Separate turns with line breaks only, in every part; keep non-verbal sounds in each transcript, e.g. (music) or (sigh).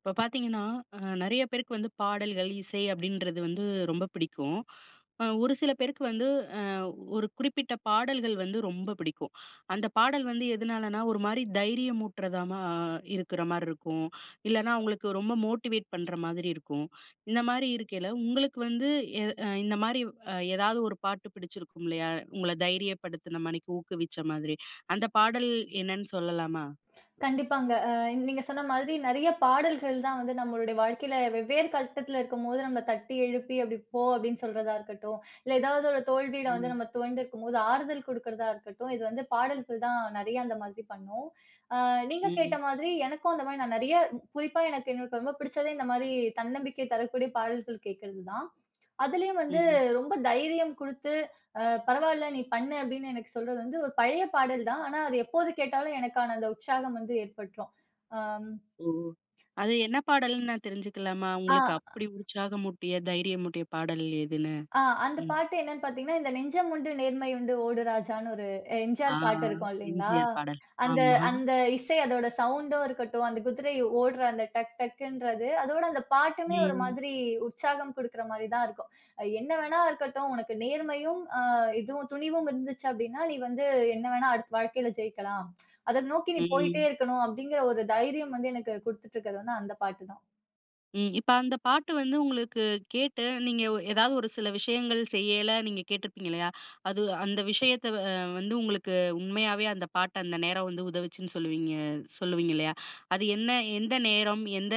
இப்ப பாத்தீங்கன்னா, நெறைய பேருக்கு வந்து பாடல்கள், இசை அப்படின்றது வந்து ரொம்ப பிடிக்கும். ஒரு சில பேருக்கு வந்து அ ஒரு குறிப்பிட்ட பாடல்கள் வந்து ரொம்ப பிடிக்கும். அந்த பாடல் வந்து எதனாலனா, ஒரு மாரி தைரியமூட்டுறதாமா இருக்கிற மாரி இருக்கும். இல்லன்னா அவங்களுக்கு ரொம்ப மோட்டிவேட் பண்ற மாதிரி இருக்கும். இந்த மாரி இருக்கையில, உங்களுக்கு வந்து எ அ இந்த மாரி ஏதாவது ஒரு பாட்டு பிடிச்சிருக்கும் இல்லையா? உங்கள தைரியப்படுத்துன மாணிக்கு ஊக்குவிச்ச மாதிரி. அந்த பாடல் என்னன்னு சொல்லலாமா?
கண்டிப்பாங்க. நீங்க சொன்ன மாதிரி நெறைய பாடல்கள் தான் வந்து நம்மளுடைய வாழ்க்கையில வெவ்வேறு கட்டத்துல இருக்கும்போது நம்மள தட்டி எழுப்பி, "அப்படி போ" அப்படின்னு சொல்றதா இருக்கட்டும், இல்ல ஏதாவது ஒரு தோல்வியில
ம்.
வந்து நம்ம துவண்டு இருக்கும்போது ஆறுதல் குடுக்கறதா இருக்கட்டும், இது வந்து பாடல்கள் தான் நெறைய அந்த மாதிரி பண்ணும். அ நீங்க கேட்ட
ம்.
மாதிரி எனக்கும் அந்த மாரி நான் நெறைய குறிப்பா எனக்கு எனக்கு ரொம்ப பிடிச்சதே இந்த மாரி தன்னம்பிக்கை தரக்கூடிய பாடல்கள் கேட்கறது தான். அதுலயும் வந்து
ம்.
ரொம்ப தைரியம் குடுத்து அ பரவால்ல நீ பண்ணு அப்படின்னு எனக்கு சொல்றது வந்து ஒரு பழைய பாடல் தான். ஆனா, அது எப்போது கேட்டாலும் எனக்கான அந்த உற்சாகம் வந்து ஏற்பட்டுரும். அம்
ஓ! அது என்ன பாடல்ன்னு நான் தெரிஞ்சுக்கலாமா?
ஆ.
உங்களுக்கு அப்படி உற்சாகமூட்டிய, தைரியமூட்டிய பாடல் எதுன்னு?
ஆ அந்த
ம்.
பாட்டு என்னன்னு பார்த்தீங்கன்னா, இந்த "நெஞ்சம் உண்டு நேர்மை உண்டு ஓடு ராஜான்னு" ஒரு
ஆ
எம்ஜிஆர் பாட்டு இருக்கும் இல்லைங்களா?
எம்ஜிஆர் பாடல்.
அந்த
ஆமா.
அந்த இசை அதோட சவுண்டும் இருக்கட்டும், அந்த குதிரை ஓடுற அந்த டக் டக்குன்றது, அதோட அந்த பாட்டுமே ஒரு
ம்.
மாதிரி உற்சாகம் குடுக்குற மாரி தான் இருக்கும். என்ன வேணா இருக்கட்டும், உனக்கு நேர்மையும், இதுவும் துணிவும் இருந்துச்சு அப்படின்னா, நீ வந்து என்ன வேணா அடுத்த வாழ்க்கையில ஜெயிக்கலாம். அத நோக்கி நீ போயிட்டே
ம்.
இருக்கணும் அப்படிங்கிற ஒரு தைரியம் வந்து எனக்கு குடுத்துட்டு இருக்கிறது வந்து அந்த பாட்டு தான்.
ம். இப்ப அந்த பாட்டு வந்து உங்களுக்கு கேட்டு, நீங்க ஏதாவது ஒரு சில விஷயங்கள் செய்யல நீங்க கேட்டிருப்பீங்க இல்லையா? அது அந்த விஷயத்த வந்து உங்களுக்கு உண்மையாவே அந்த பாட்டு அந்த நேரம் வந்து உதவுச்சுன்னு சொல்லுவீங்க சொல்லுவீங்க இல்லையா? அது என்ன எந்த நேரம், எந்த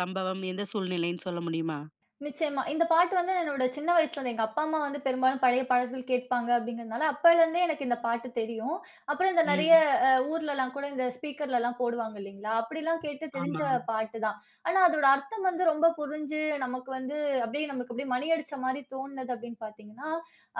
சம்பவம், எந்த சூழ்நிலைன்னு சொல்ல முடியுமா?
நிச்சயமா. இந்த பாட்டு வந்து என்னோட சின்ன வயசுலருந்து எங்க அப்பா, அம்மா வந்து பெரும்பாலும் பழைய பாடல்கள் கேட்பாங்க அப்படிங்கிறதுனால, அப்போலருந்தே எனக்கு இந்த பாட்டு தெரியும். அப்புறம் இந்த நிறைய
ம்.
ஊர்லலாம் கூட இந்த ஸ்பீக்கர்லலாம் போடுவாங்க இல்லைங்களா? அப்படிலாம் கேட்டு தெரிஞ்ச
ஆமா.
பாட்டு தான். ஆனா அதோட அர்த்தம் வந்து ரொம்ப புரிஞ்சு நமக்கு வந்து அப்படியே நமக்கு அப்படியே மணி அடிச்ச மாரி தோணுனது அப்படின்னு பார்த்தீங்கன்னா,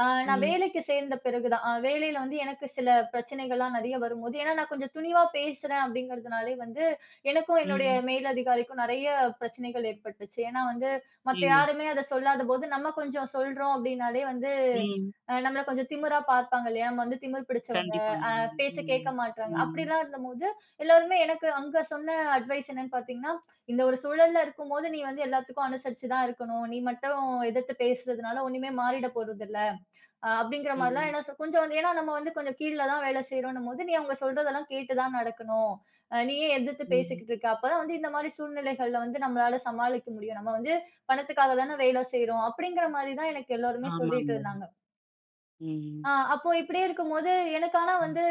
அ நான்
ம்.
வேலைக்கு சேர்ந்த பிறகு தான். வேலையில வந்து எனக்கு சில பிரச்சனைகள்லாம் நிறைய வரும்போது, ஏன்னா நான் கொஞ்சம் துணிவா பேசுறேன் அப்படிங்கிறதுனாலே வந்து, எனக்கும் என்னுடைய
ம்.
மேலதிகாரிக்கும் நெறைய பிரச்சனைகள் ஏற்பட்டுச்சு. ஏன்னா வந்து மத்த
ஐயோ!
யாருமே அத சொல்லாத போது, நம்ம கொஞ்சம் சொல்றோம் அப்டின்னாலே வந்து,
ம்.
நம்மள கொஞ்சம் திமிரா பார்ப்பாங்க இல்லையா? நம்ம வந்து திமிர் பிடிச்சவங்க,
கண்டிப்பாங்க.
பேச்ச
ம்.
கேட்க மாட்றாங்க.
ம்.
அப்படிலாம் இருந்தபோது, எல்லாருமே எனக்கு அங்க சொன்ன அட்வைஸ் என்னன்னு பார்த்தீங்கன்னா, "இந்த ஒரு சூழல்ல இருக்கும்போது, நீ வந்து எல்லாத்துக்கும் அனுசரிச்சு தான் இருக்கணும். நீ மட்டும் எதிர்த்து பேசுறதுனால ஒண்ணுமே மாறிட போறதில்ல. அப்படிங்கிற மாதிரிலாம்
ம்.
ஏன்னா கொஞ்சம் வந்து ஏன்னா நம்ம வந்து கொஞ்சம் கீழ தான் வேலை செய்றோம்ன்னும்போது, நீ அவங்க சொல்றதெல்லாம் கேட்டு தான் நடக்கணும். நீ ஏன் எதிர்த்து
ம்.
பேசிக்கிட்டு இருக்க? அப்பதான் வந்து இந்த மாரி சூழ்நிலைகள்ல வந்து நம்மளால சமாளிக்க முடியும். நம்ம வந்து பணத்துக்காக தானே வேலை செய்றோம். அப்படிங்கிற மாரி தான் எனக்கு எல்லோருமே
ஆமாங்க.
சொல்லிட்டு இருந்தாங்க.
ம்.
அப்போ இப்படியே இருக்கும்போது, எனக்கு ஆனா
ம்.
வந்து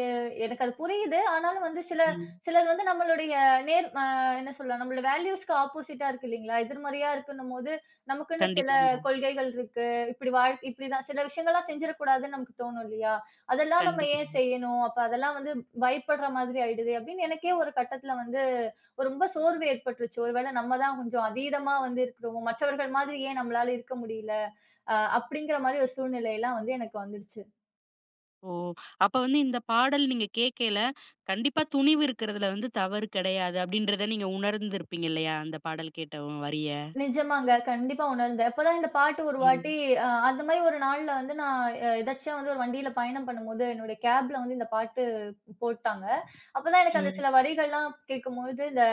எ எனக்கு அது புரியுது. ஆனாலும் வந்து சில
ம்.
சிலது வந்து நம்மளுடைய நேர் அ என்ன சொல்ல நம்மளோட வேல்யூஸ்க்கு ஆப்போசிட்டா இருக்கு இல்லீங்களா? எதிர்மறையா இருக்குன்னும்போது, நமக்குன்னு சில
கண்டிப்பாங்க.
கொள்கைகள் இருக்கு. இப்படி வாழ் இப்படிதான் சில விஷயங்கள்லாம் செஞ்சிடக்கூடாதுன்னு நமக்கு தோணும் இல்லையா? அதெல்லாம் நம்ம ஏன்
கண்டிப்பாங்க.
செய்யணும்? அப்ப அதெல்லாம் வந்து பயப்படுற மாதிரி ஆயிடுதே அப்படின்னு எனக்கே ஒரு கட்டத்தில வந்து ஒரு ரொம்ப சோர்வு ஏற்பட்டுருச்சு. ஒரு வேளை நம்ம தான் கொஞ்சம் அதீதமா வந்து இருக்கிறோமோ! மற்றவர்கள் மாதிரி ஏன் நம்மளால இருக்க முடியல? அப்படிங்கிற மாரி ஒரு சூழ்நிலைலாம் வந்து எனக்கு வந்துடுச்சு.
ஓ! அப்ப வந்து இந்த பாடல் நீங்க கேட்கையில, கண்டிப்பா துணிவு இருக்கிறதுல வந்து தவறு கிடையாது அப்படின்றத நீங்க உணர்ந்திருப்பீங்க இல்லையா? அந்த பாடல் கேட்ட வரிய.
நிஜமாங்க. கண்டிப்பா உணர்ந்தேன். அப்பதான் இந்த பாட்டு ஒரு வாட்டி
ம்.
அந்த மாரி ஒரு நாள்ல வந்து நான் எதர்ச்சியா வந்து ஒரு வண்டியில பயணம் பண்ணும்போது, என்னுடைய கேப்ல வந்து இந்த பாட்டு போட்டாங்க. அப்பதான் எனக்கு அந்த
ம்.
சில வரிகள்லாம் கேட்கும்பொழுது, இந்த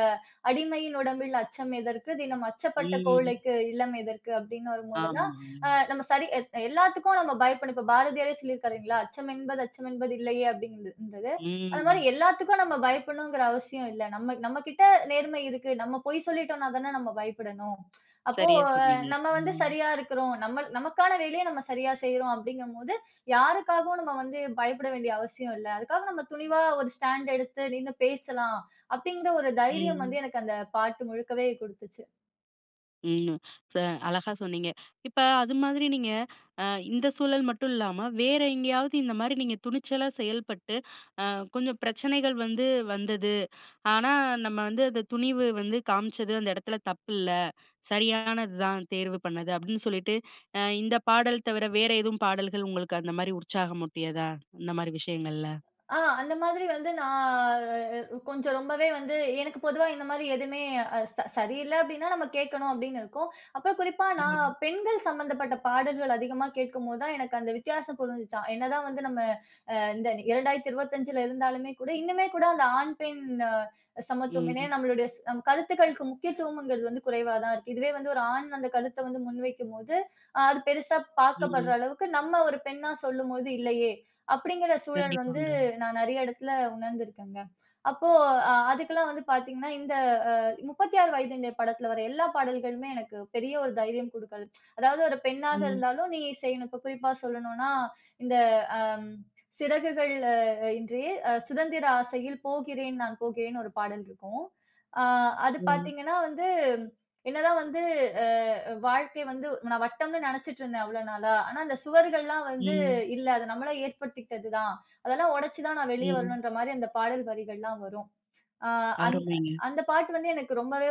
"அடிமையின் உடம்பில் அச்சம் எதற்கு? தினம் அச்சப்பட்ட
ம்.
கோழைக்கு இல்லம் எதற்கு?" அப்படின்னு வரும்போதெல்லாம்,
ஆமாங்க.
நம்ம சரி எல்லாத்துக்கும் நம்ம பயப்படும். இப்ப பாரதியாரே சொல்லியிருக்காருங்களா, "அச்சம் என்பது அச்சம் என்பது இல்லையே" அப்படின்றது. அந்த மாரி
ம்.
எல்லாத்துக்கும் நம்ம பயப்படணுங்கிற அவசியம் இல்ல. நம்ம நம்ம கிட்ட நேர்மை இருக்கு. நம்ம பொய் சொல்லிட்டோம்னா தானே நம்ம பயப்படணும். அப்போ
சரியா சொன்னீங்க.
நம்ம வந்து
ம்.
சரியா இருக்கிறோம். நம்ம நமக்கான வேலைய நம்ம சரியா செய்றோம் அப்படிங்கும்போது, யாருக்காகவும் நம்ம வந்து பயப்பட வேண்டிய அவசியம் இல்ல. அதுக்காக நம்ம துணிவா ஒரு ஸ்டாண்ட் எடுத்து நின்னு பேசலாம் அப்படிங்கிற ஒரு தைரியம்
ம்.
வந்து எனக்கு அந்த பாட்டு முழுக்கவே குடுத்துச்சு.
ம். ச அழகா சொன்னீங்க. இப்ப அது மாதிரி நீங்க அ இந்த சூழல் மட்டும் இல்லாம, வேற எங்கேயாவது இந்த மாரி நீங்க துணிச்சலா செயல்பட்டு, அ கொஞ்சம் பிரச்சனைகள் வந்து வந்தது. ஆனா, நம்ம வந்து அந்த துணிவு வந்து காமிச்சது அந்த இடத்துல தப்பில்ல. சரியானது தான் தேர்வு பண்ணது அப்படின்னு சொல்லிட்டு, இந்த பாடல் தவிர வேற எதுவும் பாடல்கள் உங்களுக்கு அந்த மாரி உற்சாகமூட்டியதா? அந்த மாரி விஷயங்கள்ல?
அந்த மாதிரி வந்து நான் கொஞ்சம் ரொம்பவே வந்து எனக்கு பொதுவா இந்த மாரி எதுவுமே அ ச சரியில்ல அப்படின்னா நம்ம கேட்கணும் அப்படின்னு இருக்கும். அப்புறம் குறிப்பா நான்
ம்.
பெண்கள் சம்மந்தப்பட்ட பாடல்கள் அதிகமா கேட்கும்போது தான் எனக்கு அந்த வித்தியாசம் புரிஞ்சுச்சாம். என்னதான் வந்து நம்ம இந்த 2025ல இருந்தாலுமே கூட, இன்னுமே கூட அந்த ஆண், பெண் சமத்துவம் ஏன்னா
ம்.
நம்மளுடைய நம் கருத்துக்களுக்கு முக்கியத்துவம்ங்கிறது வந்து குறைவா தான் இருக்கு. இதுவே வந்து ஒரு ஆண் அந்த கருத்த வந்து முன்வைக்கும்போது, அது பெருசா பார்க்கப்படுற
ம்.
அளவுக்கு நம்ம ஒரு பெண்ணா சொல்லும்போது, இல்லையே! அப்படிங்கிற சூழல் வந்து
கண்டிப்பாங்க.
நான் நெறைய இடத்துல உணர்ந்திருக்கேங்க. அப்போ அதுக்கெல்லாம் வந்து பார்த்தீங்கன்னா, இந்த அ 36 வயதினிலே படத்துல வர எல்லா பாடல்களுமே எனக்கு பெரிய ஒரு தைரியம் குடுக்கள் அதாவது ஒரு பெண்ணாக
ம்.
இருந்தாலும், நீ செய்யணும். இப்ப குறிப்பா சொல்லணும்னா, இந்த அம் சிறகுகள் இன்றே சுதந்திர ஆசையில் போகிறேன் நான் போகிறேன் ஒரு பாடல் இருக்கும். ஆ அது
ம்.
பார்த்தீங்கன்னா வந்து, என்னதான் வந்து வாழ்க்கை வந்து நான் வட்டம்னு நெனச்சுட்டு இருந்தேன் அவ்ளோ நாளா. ஆனா அந்த சுவர்கள்லாம் வந்து
ம்.
இல்ல. அது நம்மளா ஏற்படுத்திக்கிட்டது தான். அதெல்லாம் உடைச்சு தான் நான் வெளிய
ம்.
வரணுன்ற மாரி அந்த பாடல் வரிகள்லாம் வரும். ஆ அந்த
அருமைங்க.
அந்த பாட்டு வந்து எனக்கு ரொம்பவே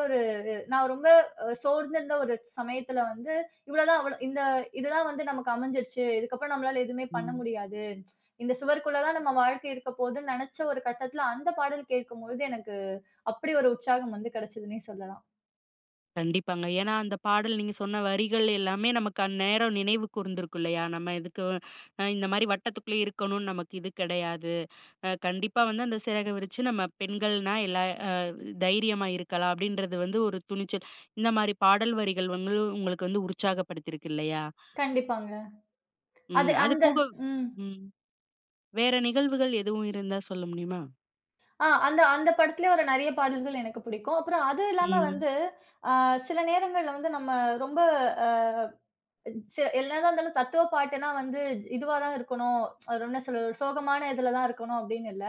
நான் ரொம்ப சோர்ந்திருந்த ஒரு சமயத்துல வந்து, இவ்வளதான் அவ்வள இந்த இதுதான் வந்து நமக்கு அமைஞ்சிருச்சு. இதுக்கப்புறம் நம்மளால எதுவுமே பண்ண
ம்.
முடியாது. இந்த சுவருக்குள்ள தான் நம்ம வாழ்க்கை இருக்க போதுன்னு நெனச்ச ஒரு கட்டத்துல அந்த பாடல் கேட்கும்பொழுது, எனக்கு அப்படி ஒரு உற்சாகம் வந்து கிடைச்சதுன்னே சொல்லலாம்.
கண்டிப்பாங்க. ஏன்னா, அந்த பாடல் நீங்க சொன்ன வரிகள் எல்லாமே நமக்கு அந்நேரம் நினைவு கூர்ந்திருக்கும் இல்லையா? நம்ம இதுக்கு இந்த மாரி வட்டத்துக்குள்ளே இருக்கணும்னு நமக்கு இது கிடையாது. கண்டிப்பா வந்து அந்த சிறக விரிச்சு நம்ம பெண்கள்னா எல்லா அ தைரியமா இருக்கலாம் அப்படின்றது வந்து ஒரு துணிச்சல். இந்த மாரி பாடல் வரிகள் வந்து உங்களுக்கு வந்து உற்சாகப்படுத்தியிருக்கு இல்லையா?
கண்டிப்பாங்க.
ம்.
அது
அது
அந்த
போக
ம்.
ம். வேற நிகழ்வுகள் எதுவும் இருந்தா சொல்ல முடியுமா?
அந்த அந்த படத்திலே வர நெறைய பாடல்கள் எனக்கு பிடிக்கும். அப்புறம் அது இல்லாம
ம்.
வந்து, அ சில நேரங்கள்ல வந்து நம்ம ரொம்ப அ ச என்னதான் இருந்தாலும் தத்துவ பாட்டுன்னா வந்து இதுவா தான் இருக்கணும். அது என்ன சொல்றது? ஒரு சோகமான இதுல தான் இருக்கணும் அப்படின்னு இல்ல.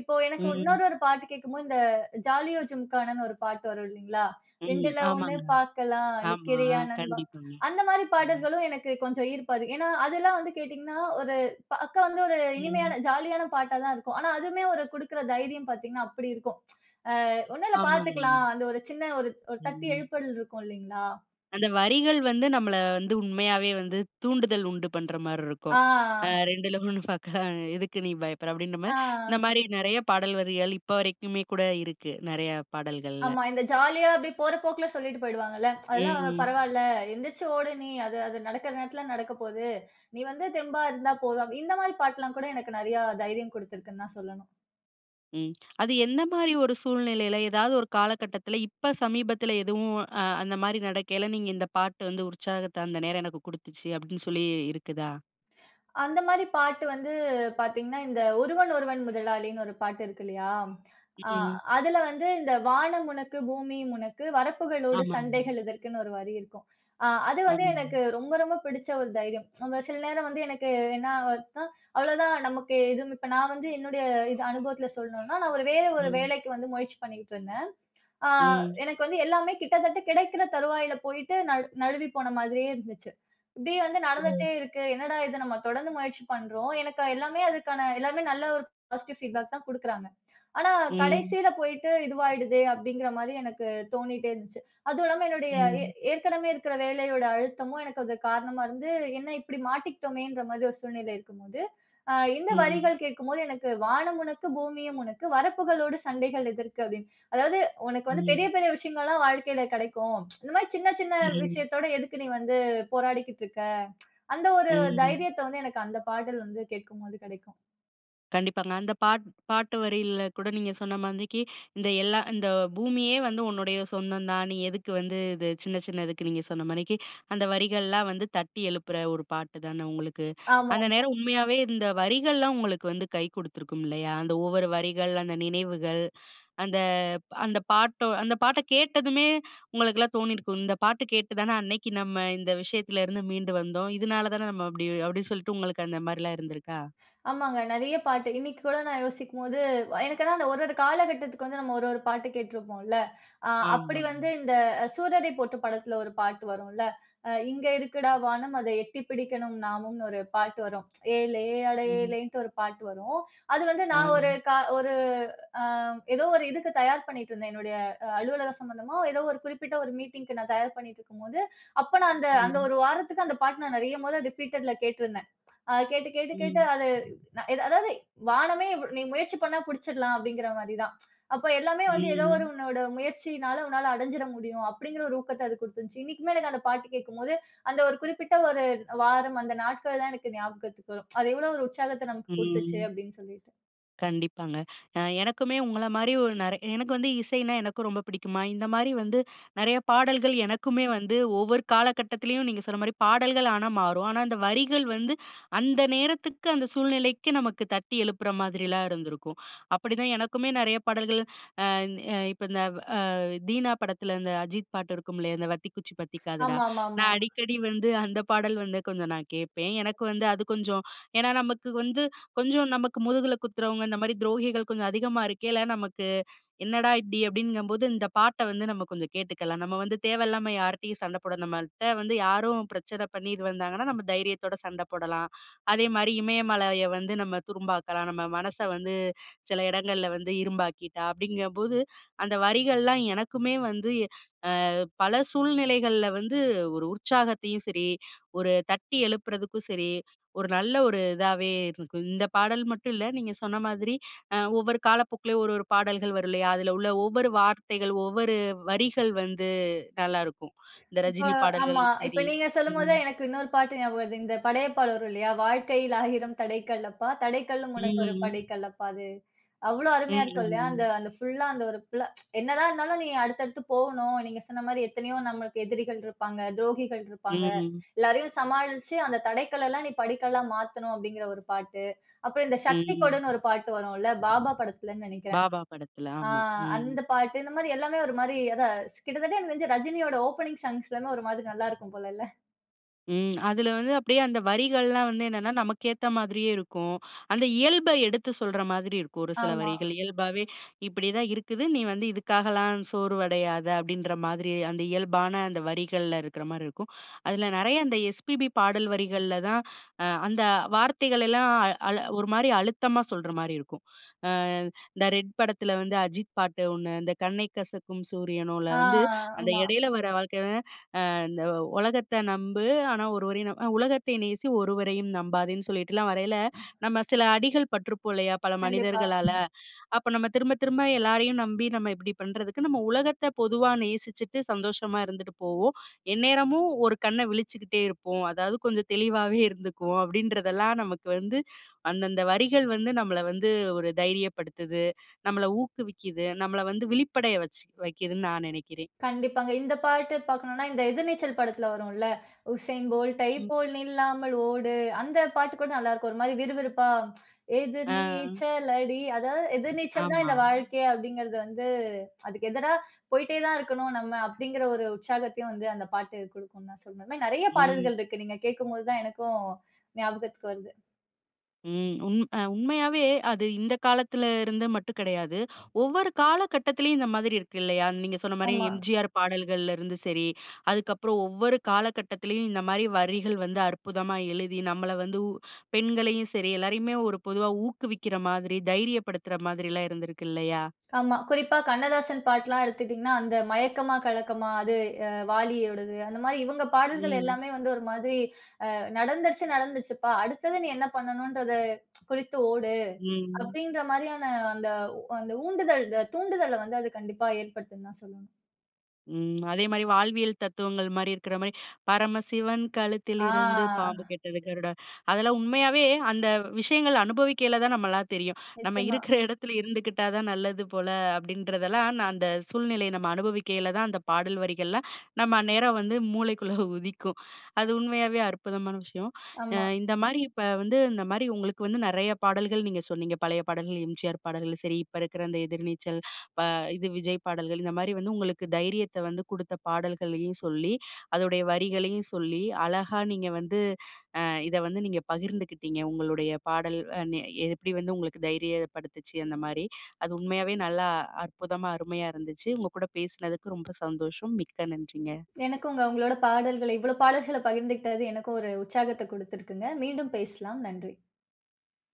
இப்போ எனக்கு
ம்.
இன்னொரு ஒரு பாட்டு கேட்கும்போது, இந்த ஜாலியோ ஜும்கானன்னு ஒரு பாட்டு வரும் இல்லீங்களா?
ம்.
"2ல 1
ஆமாங்க.
பார்க்கலாம்
ஆமா.
நிக்கிறியா நண்பா"
கண்டிப்பாங்க.
அந்த மாரி
ம்.
பாடல்களும் எனக்கு கொஞ்சம் ஈர்ப்பு அதிகம். ஏன்னா, அதெல்லாம் வந்து கேட்டீங்கன்னா, ஒரு பார்க்க வந்து ஒரு
ம்.
இனிமையான, ஜாலியான பாட்டா தான் இருக்கும். ஆனா, அதுவுமே ஒரு குடுக்குற தைரியம் பார்த்தீங்கன்னா, அப்படி இருக்கும். அ "ஒண்ணும் இல்ல
ஆமாங்க.
பார்த்துக்கலாம்." அந்த ஒரு சின்ன ஒரு ஒரு தட்டி
ம்.
எழுப்புதல் இருக்கும் இல்லீங்களா?
அந்த வரிகள் வந்து நம்மள வந்து உண்மையாவே வந்து தூண்டுதல் உண்டு பண்ற மாரி இருக்கும்.
ஆ,
2ல 1 பார்க்கலாம். எதுக்கு நீ பயப்படுற? அப்படின்ற மாரி,
ஆ.
இந்த மாரி நெறைய பாடல் வரிகள் இப்ப வரைக்குமே கூட இருக்கு. நெறைய பாடல்கள்ல.
ஆமா. இந்த ஜாலியா அப்டியே போற போக்குல சொல்லிட்டு போயிடுவாங்கல்ல. அதெல்லாம்
ம்.
பரவால்ல. எந்திரிச்சு ஓடு நீ. அது அது நடக்கிற நேரத்துல நடக்க போது. நீ வந்து தெம்பா இருந்தா போதும். இந்த மாரி பாட்டுலாம் கூட எனக்கு நெறையா தைரியம் குடுத்துருக்குன்னு தான் சொல்லணும்.
ம். அது எந்த மாரி ஒரு சூழ்நிலையில, ஏதாவது ஒரு காலகட்டத்தில, இப்ப சமீபத்தில எதுவும் அந்த மாரி நடக்கையில, நீங்க இந்த பாட்டு வந்து உற்சாகத்த அந்த நேரம் எனக்கு குடுத்துச்சு அப்படின்னு சொல்லி இருக்குதா?
அந்த மாரி பாட்டு வந்து பாத்தீங்கன்னா, இந்த "ஒருவன் ஒருவன் முதலாளின்னு" ஒரு பாட்டு இருக்கு இல்லையா? அ
ம்.
அதுல வந்து இந்த "வானம் உனக்கு, பூமியும் உனக்கு, வரப்புகளோடு
ஆமாங்க.
சண்டைகள் இதற்குன்னு" ஒரு வரி இருக்கும். அது வந்து
ஆமாங்க.
எனக்கு ரொம்ப ரொம்ப பிடிச்ச ஒரு தைரியம். நம்ம சில நேரம் வந்து எனக்கு என்ன ஆகுதுன்னா, அவ்வளோதான் நமக்கு எதுவும் இப்ப நான் வந்து என்னுடைய இது அனுபவத்துல சொல்லணும்னா, நான் ஒரு வேற ஒரு
ம்.
வேலைக்கு வந்து முயற்சி பண்ணிக்கிட்டு இருந்தேன். ஆ
ம்.
எனக்கு வந்து எல்லாமே கிட்டத்தட்ட கிடைக்கிற தருவாயில போயிட்டு நழு நழுவி போன மாதிரியே இருந்துச்சு. இப்படியே வந்து
ஓ!
நடந்துட்டே இருக்கு. என்னடா இது நம்ம தொடர்ந்து முயற்சி பண்றோம். எனக்கு எல்லாமே அதுக்கான எல்லாமே நல்ல ஒரு பாசிட்டிவ் ஃபீட்பேக் தான் குடுக்குறாங்க. ஆனா
ம்.
கடைசியில போயிட்டு இதுவாயிடுதே அப்படிங்கிற மாரி எனக்கு தோணிட்டே இருந்துச்சு. அதுவும் இல்லாம என்னுடைய
ம்.
ஏற்கனவே இருக்கிற வேலையோட அழுத்தமும் எனக்கு அது காரணமா இருந்து, என்ன இப்படி மாட்டிக்கிட்டோமேன்ற மாதிரி ஒரு சூழ்நிலை இருக்கும்போது, ஆ இந்த
ம்.
வரிகள் கேட்கும்போது எனக்கு "வானம் உனக்கு பூமியும் உனக்கு, வரப்புகளோடு சண்டைகள் எதற்கு" அப்படின்னு. அதாவது உனக்கு வந்து பெரிய
ம்.
பெரிய விஷயங்கள்லாம் வாழ்க்கையில கிடைக்கும். இந்த மாரி சின்ன சின்ன
ம்,
விஷயத்தோட எதுக்கு நீ வந்து போராடிக்கிட்டு இருக்க? அந்த ஒரு
ம்.
தைரியத்த வந்து எனக்கு அந்த பாடல் வந்து கேட்கும்போது கிடைக்கும்.
கண்டிப்பாங்க. அந்த பாட்டு வரியில கூட நீங்க சொன்ன மாதிரிக்கு, இந்த எல்லா இந்த பூமியே வந்து உன்னுடைய சொந்தம் தான். நீ எதுக்கு வந்து இது சின்ன சின்னதுக்கு நீங்க சொன்ன மாரிக்கு, அந்த வரிகள்லாம் வந்து தட்டி எழுப்புற ஒரு பாட்டு தானே உங்களுக்கு.
ஆமா.
அந்த நேரம் உண்மையாவே இந்த வரிகள்லாம் உங்களுக்கு வந்து கை குடுத்துருக்கும் இல்லையா? அந்த ஒவ்வொரு வரிகள், அந்த நினைவுகள், அந்த அந்த பாட்டோ அந்த பாட்ட கேட்டதுமே உங்களுக்கெல்லாம் தோணியிருக்கும். இந்த பாட்டு கேட்டு தானே அன்னைக்கு நம்ம இந்த விஷயத்துலருந்து மீண்டு வந்தோம். இதனால தானே நம்ம அப்படி அப்படின்னு சொல்லிட்டு உங்களுக்கு அந்த மாரிலாம் இருந்திருக்கா?
ஆமாங்க. நெறைய பாட்டு. இன்னைக்கு கூட நான் யோசிக்கும்போது, எனக்கு தான் அந்த ஒரு ஒரு காலகட்டத்துக்கு வந்து நம்ம ஒரு ஒரு பாட்டு கேட்டுருப்போம்ல. அ அப்படி
ஆமாங்க.
வந்து இந்த சூரரை போற்று படத்துல ஒரு பாட்டு வரும்ல. "இங்க இருக்குடா வானம் அதை எட்டி பிடிக்கணும் நாமும்ன்னு" ஒரு பாட்டு வரும். "ஏலே அட
ம்.
ஏலேன்ட்டு" ஒரு பாட்டு வரும். அது வந்து
ஆ.
நான் ஒரு அ ஏதோ ஒரு இதுக்கு தயார் பண்ணிட்டு இருந்தேன். என்னுடைய அலுவலகம் சம்மந்தமா ஏதோ ஒரு குறிப்பிட்ட ஒரு மீட்டிங்க்கு நான் தயார் பண்ணிட்டு இருக்கும்போது, அப்ப நான் அந்த அந்த
ம்.
ஒரு வாரத்துக்கு அந்த பாட்டு நான் நெறைய முறை ரிப்பீட்டட்ல கேட்டிருந்தேன். கேட்டு, கேட்டு, கேட்டு
ம்.
அது ந எத அதாவது வானமே இவ்வ- நீ முயற்சி பண்ணா புடிச்சிடலாம் அப்படிங்கிற மாரி தான். அப்ப எல்லாமே வந்து ஏதோ ஒரு
ம்.
உன்னோட முயற்சியினால உன்னால அடைஞ்சிட முடியும் அப்படிங்கிற ஒரு ஊக்கத்த அது குடுத்துருந்துச்சு. இன்னைக்குமே எனக்கு அந்த பாட்டு கேட்கும்போது, அந்த ஒரு குறிப்பிட்ட ஒரு வாரம், அந்த நாட்கள் தான் எனக்கு ஞாபகத்துக்கு வரும். அது எவ்வளோ ஒரு உற்சாகத்த நமக்கு குடுத்துச்சு
ம்.
அப்படின்னு சொல்லிட்டு.
கண்டிப்பாங்க. எனக்குமே உங்கள மாரி ஒரு எனக்கு வந்து இசைனா எனக்கும் ரொம்ப பிடிக்குமா, இந்த மாரி வந்து நெறைய பாடல்கள் எனக்குமே வந்து ஒவ்வொரு காலகட்டத்திலயும் நீங்க சொன்ன மாரி பாடல்கள் ஆனா மாறும். ஆனா அந்த வரிகள் வந்து அந்த நேரத்துக்கு, அந்த சூழ்நிலைக்கு நமக்கு தட்டி எழுப்புற மாதிரிலாம் இருந்திருக்கும். அப்படிதான் எனக்குமே நெறைய பாடல்கள் இப்ப இந்த அ தீனா படத்துல இந்த அஜித் பாட்டு இருக்கும் இல்லையா? அந்த "வத்திக்குச்சி பத்திக்காதுடா"
ஆமாமாமா.
நான் அடிக்கடி வந்து அந்த பாடல் வந்து கொஞ்சம் நான் கேட்பேன். எனக்கு வந்து அது கொஞ்சம் ஏன்னா நமக்கு வந்து கொஞ்சம் நமக்கு முதுகுல குத்துறவங்க, இந்த மாரி துரோகிகள் கொஞ்சம் அதிகமா இருக்கையில நமக்கு என்னடா இப்படி அப்படிங்கும்போது இந்த பாட்ட வந்து நம்ம கொஞ்சம் கேட்டுக்கலாம். நம்ம வந்து தேவையில்லாம யார்ட்டயும் சண்டை போட நம்மள்ட்ட வந்து யாரும் பிரச்சனை பண்ணி இது வந்தாங்கன்னா, நம்ம தைரியத்தோட சண்டை போடலாம். அதே மாரி இமயமலைய வந்து நம்ம துரும்பாக்கலாம். நம்ம மனச வந்து சில இடங்கள்ல வந்து இரும்பாக்கிட்டா அப்படிங்கும்போது, அந்த வரிகள்லாம் எனக்குமே வந்து பல சூழ்நிலைகள்ல வந்து ஒரு உற்சாகத்தையும் சரி, ஒரு தட்டி எழுப்புறதுக்கும் சரி, ஒரு நல்ல ஒரு இதாவே இருக்கும். இந்த பாடல் மட்டும் இல்ல. நீங்க சொன்ன மாதிரி ஒவ்வொரு காலப்போக்குலயும் ஒரு ஒரு பாடல்கள் வரும் இல்லையா? அதுல உள்ள ஒவ்வொரு வார்த்தைகள், ஒவ்வொரு வரிகள் வந்து நல்லாருக்கும். இந்த
இப்ப
ரஜினி பாடல்கள்
ஆமா. இப்ப
சரி.
நீங்க சொல்லும்போது
ம்.
தான் எனக்கு இன்னொரு பாட்டு ஞாபகம் வருது. இந்த படையப்பால வரும் இல்லையா? "வாழ்க்கையில் ஆயிரம் தடைகள் அப்பா, தடைக்கல்லும் உனக்கு ஒரு
ம்.
படிக்கல் அப்பா" அது அவ்ளோ அருமையா
ம்.
இருக்கும் இல்லையா?
ஆமாங்க.
அந்த அந்த ஃபுல்லா அந்த ஒரு ஃபுல்லா என்னதான் இருந்தாலும் நீ அடுத்தடுத்து போணும். நீங்க சொன்ன மாரி எத்தனையோ நம்மளுக்கு எதிரிகள் இருப்பாங்க, துரோகிகள் இருப்பாங்க.
ம்.
எல்லாரையும் சமாளிச்சு அந்த தடைக்கல் எல்லாம் நீ படிக்கல்லா மாத்தணும் அப்படிங்கிற ஒரு பாட்டு. அப்புறம் இந்த சக்தி
ம்.
கொடுன்னு ஒரு பாட்டு வரும்ல, பாபா படத்துலன்னு நெனைக்கிறேன்.
பாபா படத்துல.
ஆ
ஆமா. ம்.
அந்த பாட்டு, இந்த மாரி எல்லாமே ஒரு மாரி அதான் கிட்டத்தட்ட எனக்கு தெரிஞ்சு ரஜினியோட ஓப்பனிங் சாங்ஸ் எல்லாமே ஒரு மாதிரி நல்லா இருக்கும் போலல்ல.
ம். அதுல வந்து அப்படியே அந்த வரிகள்லாம் வந்து என்னன்னா, நமக்கேத்த மாதிரியே இருக்கும். அந்த இயல்ப எடுத்து சொல்ற மாதிரி இருக்கும் ஒரு சில
ஆமா.
வரிகள். இயல்பாவே இப்படிதான் இருக்குது. நீ வந்து இதுக்காகலாம் சோர்வடையாத அப்படின்ற மாதிரி அந்த இயல்பான அந்த வரிகள்ல இருக்கிற மாரி இருக்கும். அதுல நெறைய அந்த எஸ்பிபி பாடல் வரிகள்ல தான் அந்த வார்த்தைகள் எல்லாம் அ- அழ ஒரு மாரி அழுத்தமா சொல்ற மாரி இருக்கும். அ இந்த ரெட் படத்துல வந்து அஜித் பாட்டு ஒண்ணு, இந்த கண்ணை கசக்கும் சூரியனோல
ஆ
வந்து அந்த
ஆமா.
இடையில வர வாழ்க்கை அந்த உலகத்த நம்பு, ஆனா ஒருவரையும் நம் அ உலகத்தை நேசி ஒருவரையும் நம்பாதேன்னு சொல்லிட்டுலாம் வரையில, நம்ம சில அடிகள் பட்டுருப்போம் இல்லையா? பல
கண்டிப்பா.
மனிதர்களால. அப்ப நம்ம திரும்ப திரும்ப எல்லாரையும் நம்பி நம்ம இப்படி பண்றதுக்கு, நம்ம உலகத்த பொதுவா நேசிச்சுட்டு சந்தோஷமா இருந்துட்டு போவோம். எந்நேரமும் ஒரு கண்ண விழிச்சுக்கிட்டே இருப்போம். அதாவது கொஞ்சம் தெளிவாவே இருந்துக்குவோம். அப்படின்றதெல்லாம் நமக்கு வந்து அந்தந்த வரிகள் வந்து நம்மள வந்து ஒரு தைரியப்படுத்துது, நம்மள ஊக்குவிக்குது, நம்மள வந்து விழிப்படைய வச்சு வைக்குதுன்னு நான் நினைக்கிறேன்.
கண்டிப்பாங்க. இந்த பாட்டு பார்க்கணும்னா, இந்த எதிர்நீச்சல் படத்துல வரும்ல, "உசேன் போல்ட் டை
ம்.
போல் நில்லாமல் ஓடு" அந்த பாட்டு கூட நல்லாருக்கும். ஒரு மாரி விறுவிறுப்பா,
ஆ,
"எதிர்நீச்சல் அடி" அதாவது எதிர்நீச்சல் தான்
ஆமா.
இந்த வாழ்க்கை அப்படிங்கிறது வந்து, அதுக்கு எதிரா போயிட்டே தான் இருக்கணும் நம்ம அப்படிங்கிற ஒரு உற்சாகத்தையும் வந்து அந்த பாட்டு குடுக்கும்ன்னு நான் சொல்வேன். இந்த மாரி நெறைய
ம்,
பாடல்கள் இருக்கு. நீங்க கேட்கும்போது தான் எனக்கும் ஞாபகத்துக்கு வருது.
ம். உண்மையாவே அது இந்த காலத்துல இருந்து மட்டும் கிடையாது. ஒவ்வொரு காலகட்டத்திலயும் இந்த மாதிரி இருக்கு இல்லையா? நீங்க சொன்ன மாரி
ஆமா,
எம்ஜிஆர் பாடல்கள்ல இருந்து சரி, அதுக்கப்புறம் ஒவ்வொரு காலகட்டத்திலயும் இந்த மாரி வரிகள் வந்து அற்புதமா எழுதி, நம்மள வந்து பெண்களையும் சரி, எல்லாரையுமே ஒரு பொதுவா ஊக்குவிக்கிற மாதிரி, தைரியப்படுத்துற மாதிரிலாம் இருந்திருக்கு இல்லையா?
ஆமா. குறிப்பா கண்ணதாசன் பாட்டுலாம் எடுத்துக்கிட்டீங்கன்னா, அந்த "மயக்கமா கலக்கமா" அது வாலியோடது. அந்த மாரி இவங்க பாடல்கள்
ம்,
எல்லாமே வந்து ஒரு மாதிரி நடந்துருச்சு நடந்துச்சுப்பா. அடுத்தது நீ என்ன பண்ணணுன்றத குறித்து ஓடு.
ம்.
அப்படின்ற மாரியான அந்த அந்த ஊண்டுதல் தூண்டுதல வந்து அது கண்டிப்பா ஏற்படுத்துன்னு தான் சொல்லணும்.
ம். அதே மாரி வாழ்வியல் தத்துவங்கள் மாரி இருக்கிற மாரி, "பரமசிவன் கழுத்திலிருந்து
ஆ
பாம்பு கெட்டது கருடா" அதெல்லாம் உண்மையாவே அந்த விஷயங்கள் அனுபவிக்கையில தான் நம்மலாம் தெரியும். நம்ம
நிச்சயமா.
இருக்கிற இடத்துல இருந்துக்கிட்டா தான் நல்லது போல அப்படின்றதெல்லாம், நான் அந்த சூழ்நிலையை நம்ம அனுபவிக்கையில தான் அந்த பாடல் வரிகள்லாம் நம்ம அந்நேரம் வந்து மூளைக்குள்ள (laughs) உதிக்கும். அது உண்மையாவே அற்புதமான விஷயம்.
ஆமா.
இந்த மாரி இப்ப வந்து இந்த மாரி உங்களுக்கு வந்து நெறைய பாடல்கள் நீங்க சொன்னீங்க. பழைய பாடல்கள், எம்ஜிஆர் பாடல்கள் சரி, இப்ப இருக்கிற அந்த எதிர்நீச்சல் ப இது விஜய் பாடல்கள் இந்த மாரி வந்து உங்களுக்கு தைரியத்த வந்து குடுத்த பாடல்களையும் சொல்லி, அதோடைய வரிகளையும் சொல்லி, அழகா நீங்க வந்து அ இத வந்து நீங்க பகிர்ந்துக்கிட்டீங்க. உங்களுடைய பாடல் அ நெ எப்படி வந்து உங்களுக்கு தைரியப்படுத்துச்சு அந்த மாரி. அது உண்மையாவே நல்லா அற்புதமா, அருமையா இருந்துச்சு. உங்க கூட பேசினதுக்கு ரொம்ப சந்தோஷம். மிக்க நன்றிங்க.
எனக்கும் உங்க உங்களோட பாடல்கள இவ்வளோ பாடல்கள பகிர்ந்துக்கிட்டது எனக்கும் ஒரு உற்சாகத்த குடுத்துருக்குங்க. மீண்டும் பேசலாம். நன்றி.